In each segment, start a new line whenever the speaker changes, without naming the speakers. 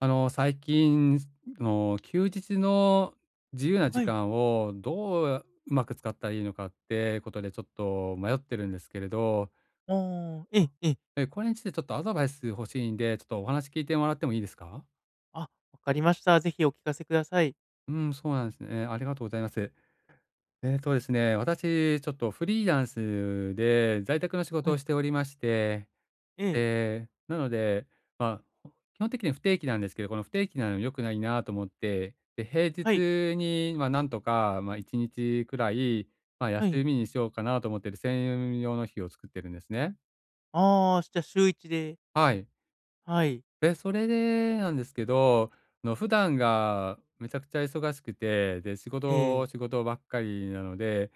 最近、休日の自由な
は
時
い。
間をどううまく使ったらいいのかってことでちょっと迷ってるんですけれど、
ああ、ええ
あ
ええ。
これについてちょっとアドバイス欲しいんで、ちょっとお話聞いてもらってもいいですか？
あ、わかりました。ぜひお聞かせください。
うん、そうなんですね。ありがとうございます。えっとですね、私ちょっとフリーランスで在宅の仕事
は
を
い。
しておりまして、
ええ。
で、なので、まあ、基本的に不定期なんですけど、この不定期なの良くないなと思って、で、平
はい、
日に、まあ、なんとか、まあ、1日くらい、まあ、
は
休
い。
みにしようかなと思ってる専用の日を作ってるんですね。
ああ、じゃ、週一で。
はい。
はい。
で、それでなんですけど、普段がめちゃくちゃ忙しくて、で、仕
ええ。
事仕事ばっかりなので、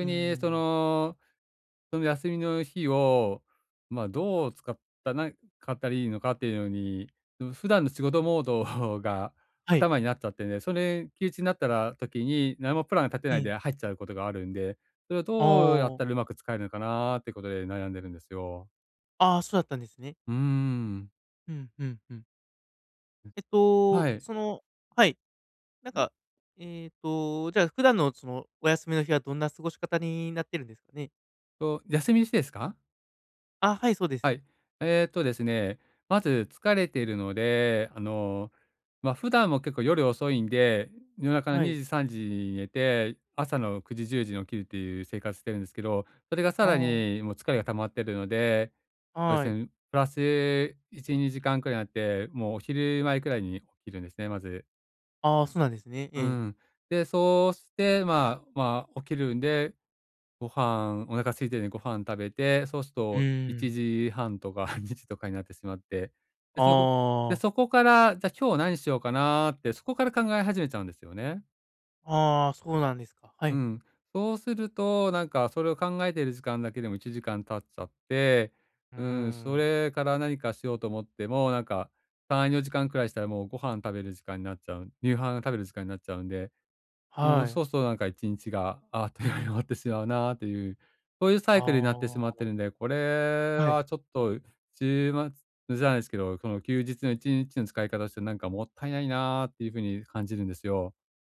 うー
にそ
ん。
の、その休みの日を、まあ、どう使ったなかったらいいのかっていうのに、普段の仕事モード が
はい。
頭になっちゃってね、それ休日になったら時に、何もプラン立て
え
ない
え。
で入っちゃうことがあるんで、それを
あ
どうやったら
あ。
うまく使えるのかなーってことで悩んでるんですよ。
ああ、そうだったんですね。
うーん。
うん、うんうん。えっ
は
と、
い。
そのはい。なんか、じゃあ、普段のその、お休みの日はどんな過ごし方になってるんですかね？
休みの日ですか？
あ、はい、そうです。
はい。ですね、まず疲れているので、まあ、普段も結構夜遅いんで、夜中の
は
2
い。
時、3時に寝て、朝の9時、10時に起きるっていう生活してるんですけど、それがさ
あ
ら
あ、
にもう疲れが溜まってるので、そうで
は
す
い。
ね、プラス1、2時間くらいになって、もうお昼前くらいに起きるんですね、まず。
ああ、そうなんですね。
う
ええ。
ん。で、そうして、まあまあ、起きるんで、ご飯お腹空いてるんでご飯食べて、そうする
う
と
ー
1
ん。
時半とか 2時とかになってしまって、で、
ああ。
そこから、じゃ、今日何しようかなーって、そこから考え始めちゃうんですよね。
ああ、そうなんですか。は
う
い。
ん。そうすると、なんか、それを考えている時間だけでも1時間経っちゃって、
うー
うん、そ
ん。
れから何かしようと思っても、なんか、3、4時間くらいしたらもうご飯食べる時間になっちゃう夕飯食べる時間になっちゃうんで、もう、
は
そ
い。
うそう、なんか1日があっという間に終わってしまうなという、そういうサイクルになってし
あ
まって
あ、
るんで、これ
はい。
はちょっと週末じゃないですけど、その休日の1日の使い方としてなんかもったいないなっていう風に感じるんですよ。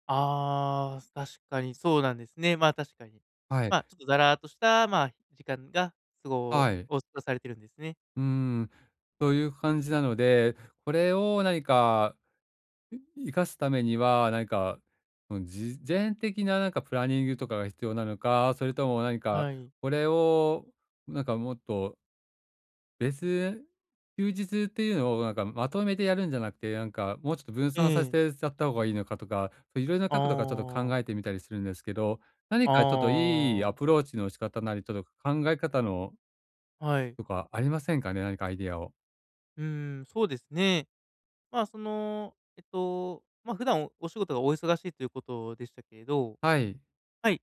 ああ、確かにそうなんですね。まあ、確かに。
はい、
まあ、ちょっとだらーっとした、まあ、時間がすごを
はい。
過ごされてるんですね。
うん。という感じなので、これを何か、活生かすためには、何か、事前的ななんかプランニングとかが必要なのか、それとも何か、
はい。
これをなんかもっと別休日っていうのをなんかまとめてやるんじゃなくて、なんかもうちょっと分
え
散させて
え。
やった方がいいのかとか、そういろいろな
あ
角度からちょっと考
あ、
えてみたりするんですけど、何かちょっと
あ
いい
あ、
アプローチの仕方なり、ちょっと考え方の
はい。
とかありませんかね？何かアイディアを。
うーん、そうですね。まあ、その、まあ、普段おお仕事がお忙しいということでしたけれど、
はい、
はい。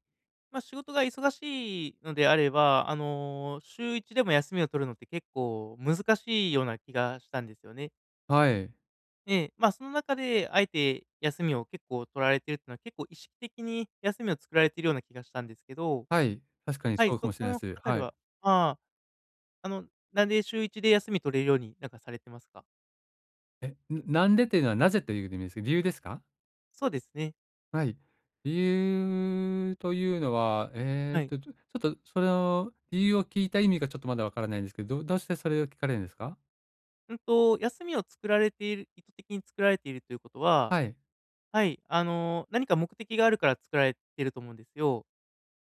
まあ、仕事が忙しいのであれば、あの、週1でも休みを取るのって結構難しいような気がしたんですよね。
はい、
えまあその中であえて休みを結構取られてるっていうのは、結構意識的に休みを作られてるような気がしたんですけど、
はい、確かに
はい、
そうか
そ
もしれ
こ
ないで
の
す。
あたり
はい。
はああ、あの、なんで週1で休み取れるように、なんかされてますか？
なんでっていうのは、なぜという意味ですけど、理由ですか？
そうですね、
はい。理由というのは、
はい。
ちょっとその理由を聞いた意味がちょっとまだわからないんですけど、どうしてそれを聞かれるんですか？
うんと、休みを作られている、意図的に作られているということは、
はい。
はい、あの、何か目的があるから作られていると思うんですよ。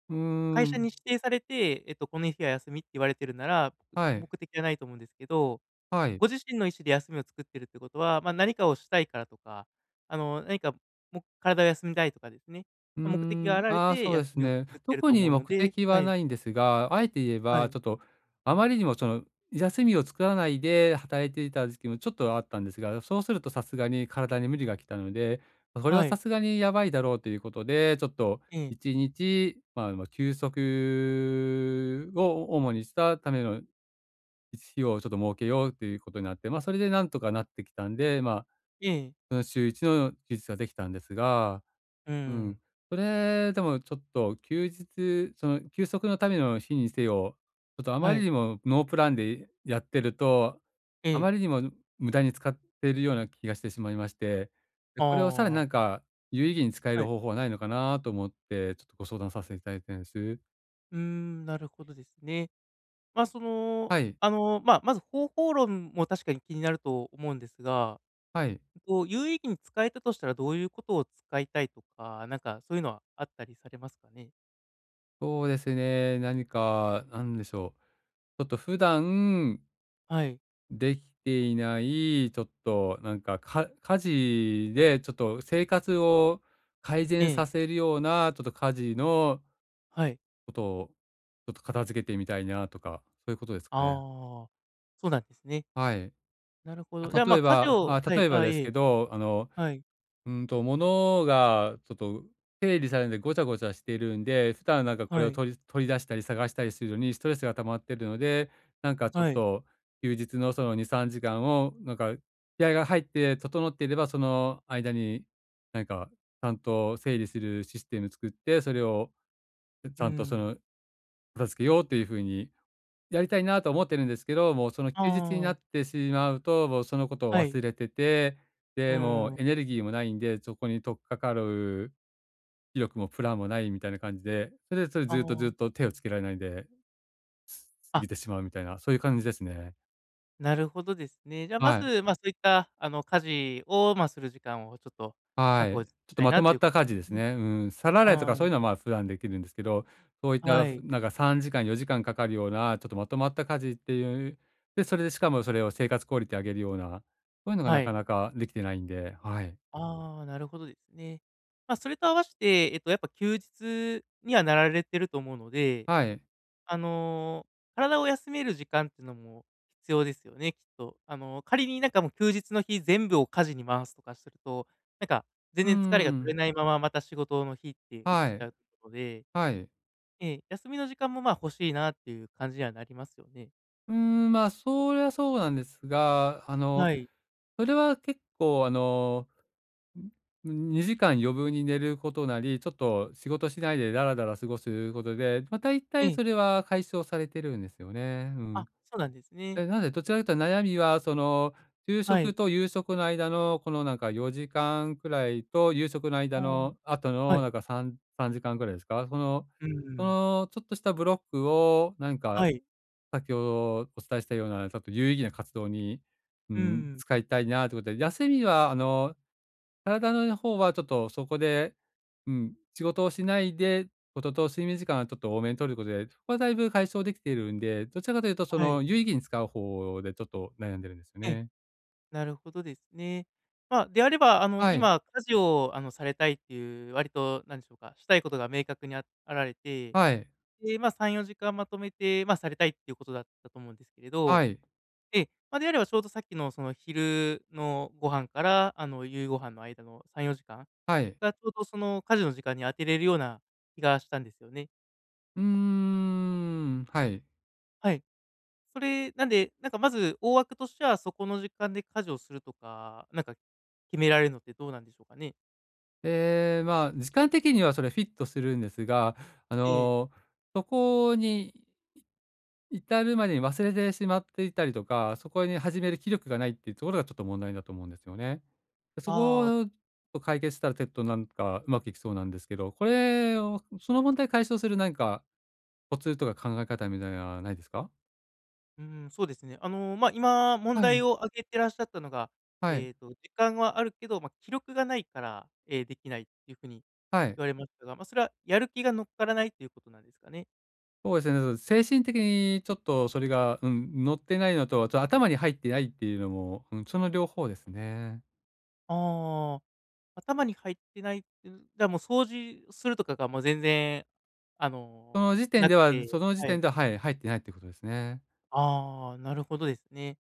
うー
会社に
ん。
指定されて、この日は休みって言われてるなら、
はい。
僕的じゃないと思うんですけど、
はい、
ご自身の意思で休みを作ってるってことは、まあ、何かをしたいからとか、あの、何か、も体を休みたいとかですね、
うー
ま、目的があ
ん、
られ
ああ、
て
そうで
休
す
みを
ね。
作ってる
特
と思
に
うの
目
で、
的
は
は
い、
ないんですが、あえて言え
は
ば、
い、
ちょっとあまりにもその休みを作らないで働いていた時期もちょっとあったんですが、そうするとさすがに体に無理が来たので、これは
は
さ
い、
すがにやばいだろうということで、ちょっと
ええ、
1日、まあ、休息を主にしたための日をちょっと設けようということになって、まあ、それでなんとかなってきたんで、まあ、
ええ、
その週1の休日ができたんですが、
う
うん。
ん、
それでもちょっと休日、その休息のための日にせよ、ちょっとあま
は
り
い、
にもノープランでやってると、
え
あま
え、
りにも無駄に使っているような気がしてしまいまして、で、
あ
これをさらに
あ、
なんか有意義に使え
は
る
い、
方法はないのかなと思って、ちょっとご相談させていただいてるんです。
うーん、なるほどですね。まあ、その、
はい。
あの、まあ、まず方法論も確かに気になると思うんですが、
はい。
と、有意義に使えたとしたら、どういうことを使いたいとか、なんかそういうのはあったりされますかね？
そうですね。何か、なんでしょう。ちょっと普段
はい。
できていない、ちょっとなんか、家事でちょっと生活を改
え
善
え、
させるような、ちょっと家事の
はい。
ことを、ちょっと片付けてみたいなとか、そういうことです
あ
かね。
あ、そうなんですね。
はい。
なるほど。じゃあ、まあ、家事をはい、
例えば
あ、え
ですけ
え、
ど、
はい、
物がちょっと整理されてでごちゃごちゃしているんで、普段なんかこれ
は
を
い、
取り出したり探したりするのにストレスが溜まってるので、なんかちょっ
はい。
と休日のその2、3時間をなんか気合が入って整っていれば、その間になんかちゃんと整理するシステム作って、それをち
う
ゃんとそ
ん。
の片付けようという風にやりたいなと思ってるんですけど、もうその休日にな
あ
っ
あ、
てしまうと、もうそのことを
はい。
忘れてて、
う
で、もう
ん。
エネルギーもないんで、そこに取っかかる気力もプランもないみたいな感じで、それで
あ
ずっとず
あ、
っと手をつけられないで、過
あ、
ぎてしまうみたいな、そういう感じですね。
なるほどですね。じゃあ、ま
はい。
ず、まあ、そういった、あの、家事を、まあ、する時間をちょっと
は
確保
い。
し
ちょっと
たい
ま
な
とま
とい
っ
うこ
た
と
家事で
で
す
すね。
ね。うん。皿洗いと
あ
かそういうのは、まあ、普段できるんですけど、そういっ
あ、は
た、
い、
なんか3時間、4時間かかるような、ちょっとまとまった家事っていう、で、それでしかもそれを生活クオリティ上げるような、そういうのが
は
なか
い。
なかできてないんで、はい。
ああ、なるほどですね。まあ、それと合わせて、やっぱ休日にはなられてると思うので、
はい。
あの、体を休める時間っていうのも必要ですよね、きっと。あの、仮になんかもう休日の日全部を家事に回すとかすると、なんか全
うー
然疲れが取れ
ん。
ないまま、また仕事の日って移っ
は
ちゃ
い。
うので、
はい。
ええ、休みの時間も、まあ、欲しいなっていう感じにはなりますよね。
うーん、まあ、そりゃそうなんですが、
はい。
それは結構、2時間余分に寝ることなり、ちょっと仕事しないでダラダラ過ごすことで、まあ、大
え
体
え。
それは解消されてるんですよね。うん。
あ、そうなんですね。
でなのでどちらかというと悩みはその、昼
は
食
い。
と夕食の間のこのなんか4時間くらいと、夕食の
あ
間の後
あ、は
の
い。
なんか 3- 時間くらいですか？その
う
そ
ん、
のちょっとしたブロックを、なんか、
はい。
先ほどお伝えしたような、ちょっと有意義な活動に、う
うんう
ん、
ん。
使いたいなということで、休みは体の方はちょっとそこで、うん、仕事をしないで、ことと睡眠時間はちょっと多めに取ることで、そこはだいぶ解消できているんで、どちらかというとそ
はい。
の有意義に使う方でちょっと悩んでるんですよ
ええ。
ね。
なるほどですね。まあ、であれば、あの、
はい、
今家事を、あの、されたいっていう割となんでしょうか、したいことが明確にああられて、
はい、
で、まあ、3、4時間まとめて、まあ、されたいっていうことだったと思うんですけれ
は
ど、
い、
えまあであればちょうどさっきのその昼のご飯から、あの、夕ご飯の間の3、4時間
はい。
がちょうどその家事の時間に当てれるような気がしたんですよね。
うーん、はい。
はい。それ、なんで、なんかまず大枠としてはそこの時間で家事をするとか、なんか決められるのってどうなんでしょうかね？
ええ、まあ、時間的にはそれフィットするんですが、あの、そこに至るまでに忘れてしまっていたりとか、そこに始める気力がないっていうところがちょっと問題だと思うんですよね。そ
ああ、
こをと解決したら、ちょっとなんかうまくいきそうなんですけど、これを、その問題解消するなんかコツとか考え方みたいなないですか？
うん、そうですね。あの、まあ、今問
は
題
い。
を挙げてらっしゃったのが、
はい、
時間はあるけど、まあ、気力がないから、えーできないっていうふうに
はい。
言われましたが、まあ、それはやる気が乗っからないということなんですかね？
そうですね、そう、精神的にちょっとそれが、うん、乗ってないのと、ちょっと頭に入ってないっていうのも、うん、その両方ですね。
ああ、頭に入ってないっていう、じゃあもう掃除するとかがもう全然、あ
そ
の、
の時点
なく
では
て
その時
は
点
い。
では、はい、入ってないってことですね。
ああ、なるほどですね。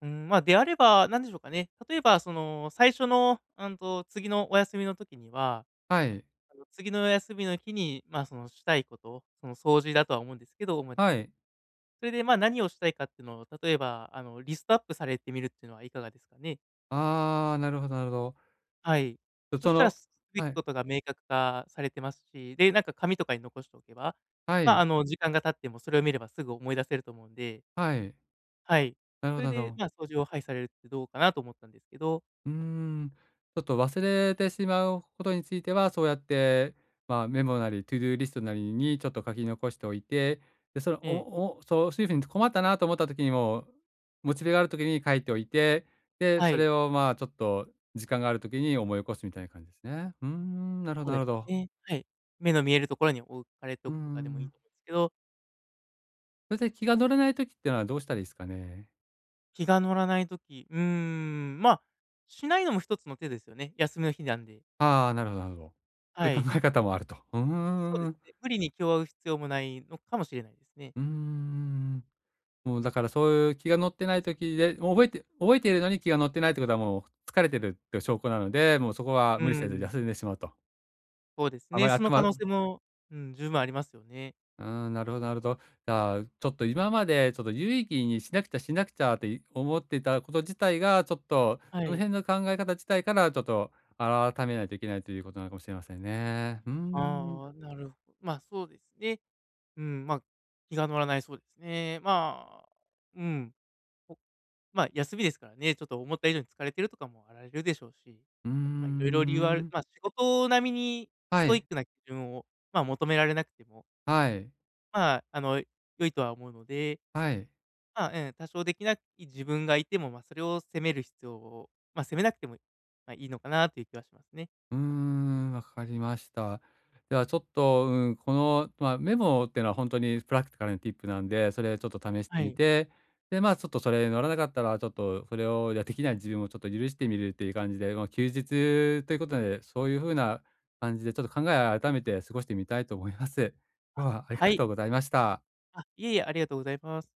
うん、まあ、であれば、なんでしょうかね、例えばその最初の、うんと、次のお休みの時には
はい、
あの、次の休みの日に、まあ、そのしたいこと、その掃除だとは思うんですけど、主に。
はい。
それで、まあ、何をしたいかっていうのを、例えば、あの、リストアップされてみるっていうのはいかがですかね？
ああ、なるほどなるほ
はい。
ど。
そしたら、すべき
はい、
ことが明確化されてますし、で、なんか紙とかに残しておけば、
は
まあ、あ
い、
の、時間が経ってもそれを見ればすぐ思い出せると思うんで、
はい。
はい。
なる
そ
ほ
れ
どなる
で、
ほど。
まあ、掃除を、はい、されるってどうかなと思ったんですけど、
うーん。ちょっと忘れてしまうことについては、そうやって、まあ、メモなり、トゥードゥーリストなりにちょっと書き残しておいて、で、その、
ええ、
おおそう、そういうふうに困ったなと思った時にも、モチベがある時に書いておいて、で、
は
そ
い、
れを、まあ、ちょっと時間がある時に思い起こすみたいな感じですね。うーん、なるほ
そう
ど
で
な
す
るほど。
ね、はい。目の見えるところに置かれて
う
お
ー
くとかでもいい
ん。
と思うんですけど、
それで気が乗れない時っていうのはどうしたらいいですかね？
気が乗らないとき、うーん、ま、あ、しないのも一つの手ですよね。休みの日なんで。
ああ、なるほどなるほど。そうい
は
う考
い。
え方もあると。うー
そうです
ん。
ね。無理に気を合う必要もないのかもしれないですね。
うーん。もうだからそういう気が乗ってない時で、もう覚えているのに気が乗ってないってことはもう疲れてるって証拠なので、もうそこは
う
無理せず
ーん、
休んでしまうと。
そうです
あま
ね。
り
その
頭
可能
う
性も、うん、十分ありますよね。
ーん、なるほどなるほど。じゃあ、ちょっと今までちょっと有意義にしなくちゃしなくちゃって思っていたこと自体が、ちょっと
は
その
い。
辺の考え方自体からちょっと改めないといけないということなのかもしれませんね。うーん。
ああ、なるほど、まあ、そうですね。うん、ま、あ、気が乗らないそうですね。まあ、うん。まあ、休みですからね、ちょっと思った以上に疲れてるとかもあられるでしょうし、
うー
まあ、いろいろ理由はある
ん。
まあ、仕事並みにス
は
トイッ
い、
クな基準を、まあ、求められなくても、
はい。
まあ、あの、良いとは思うので、
はい。
まあ、うん、多少できない自分がいても、まあ、それを責める必要をまあ、責めなくても、まあ、いいのかなという気はしますね。
うーん、わかりました。ではちょっと、うん、この、まあ、メモっていうのは本当にプラクティカルなティップなんで、それちょっと試して
は
み
い。
て、で、ま、ちょっとそれ乗らなかったら、ちょっとそれをできない自分をちょっと許してみるっていう感じで、まあ、休日ということで、そういう風な感じでちょっと考えを改めて過ごしてみたいと思います。今日はあり
は
が
い。
とうございました。
あ、いえいえ、ありがとうございます。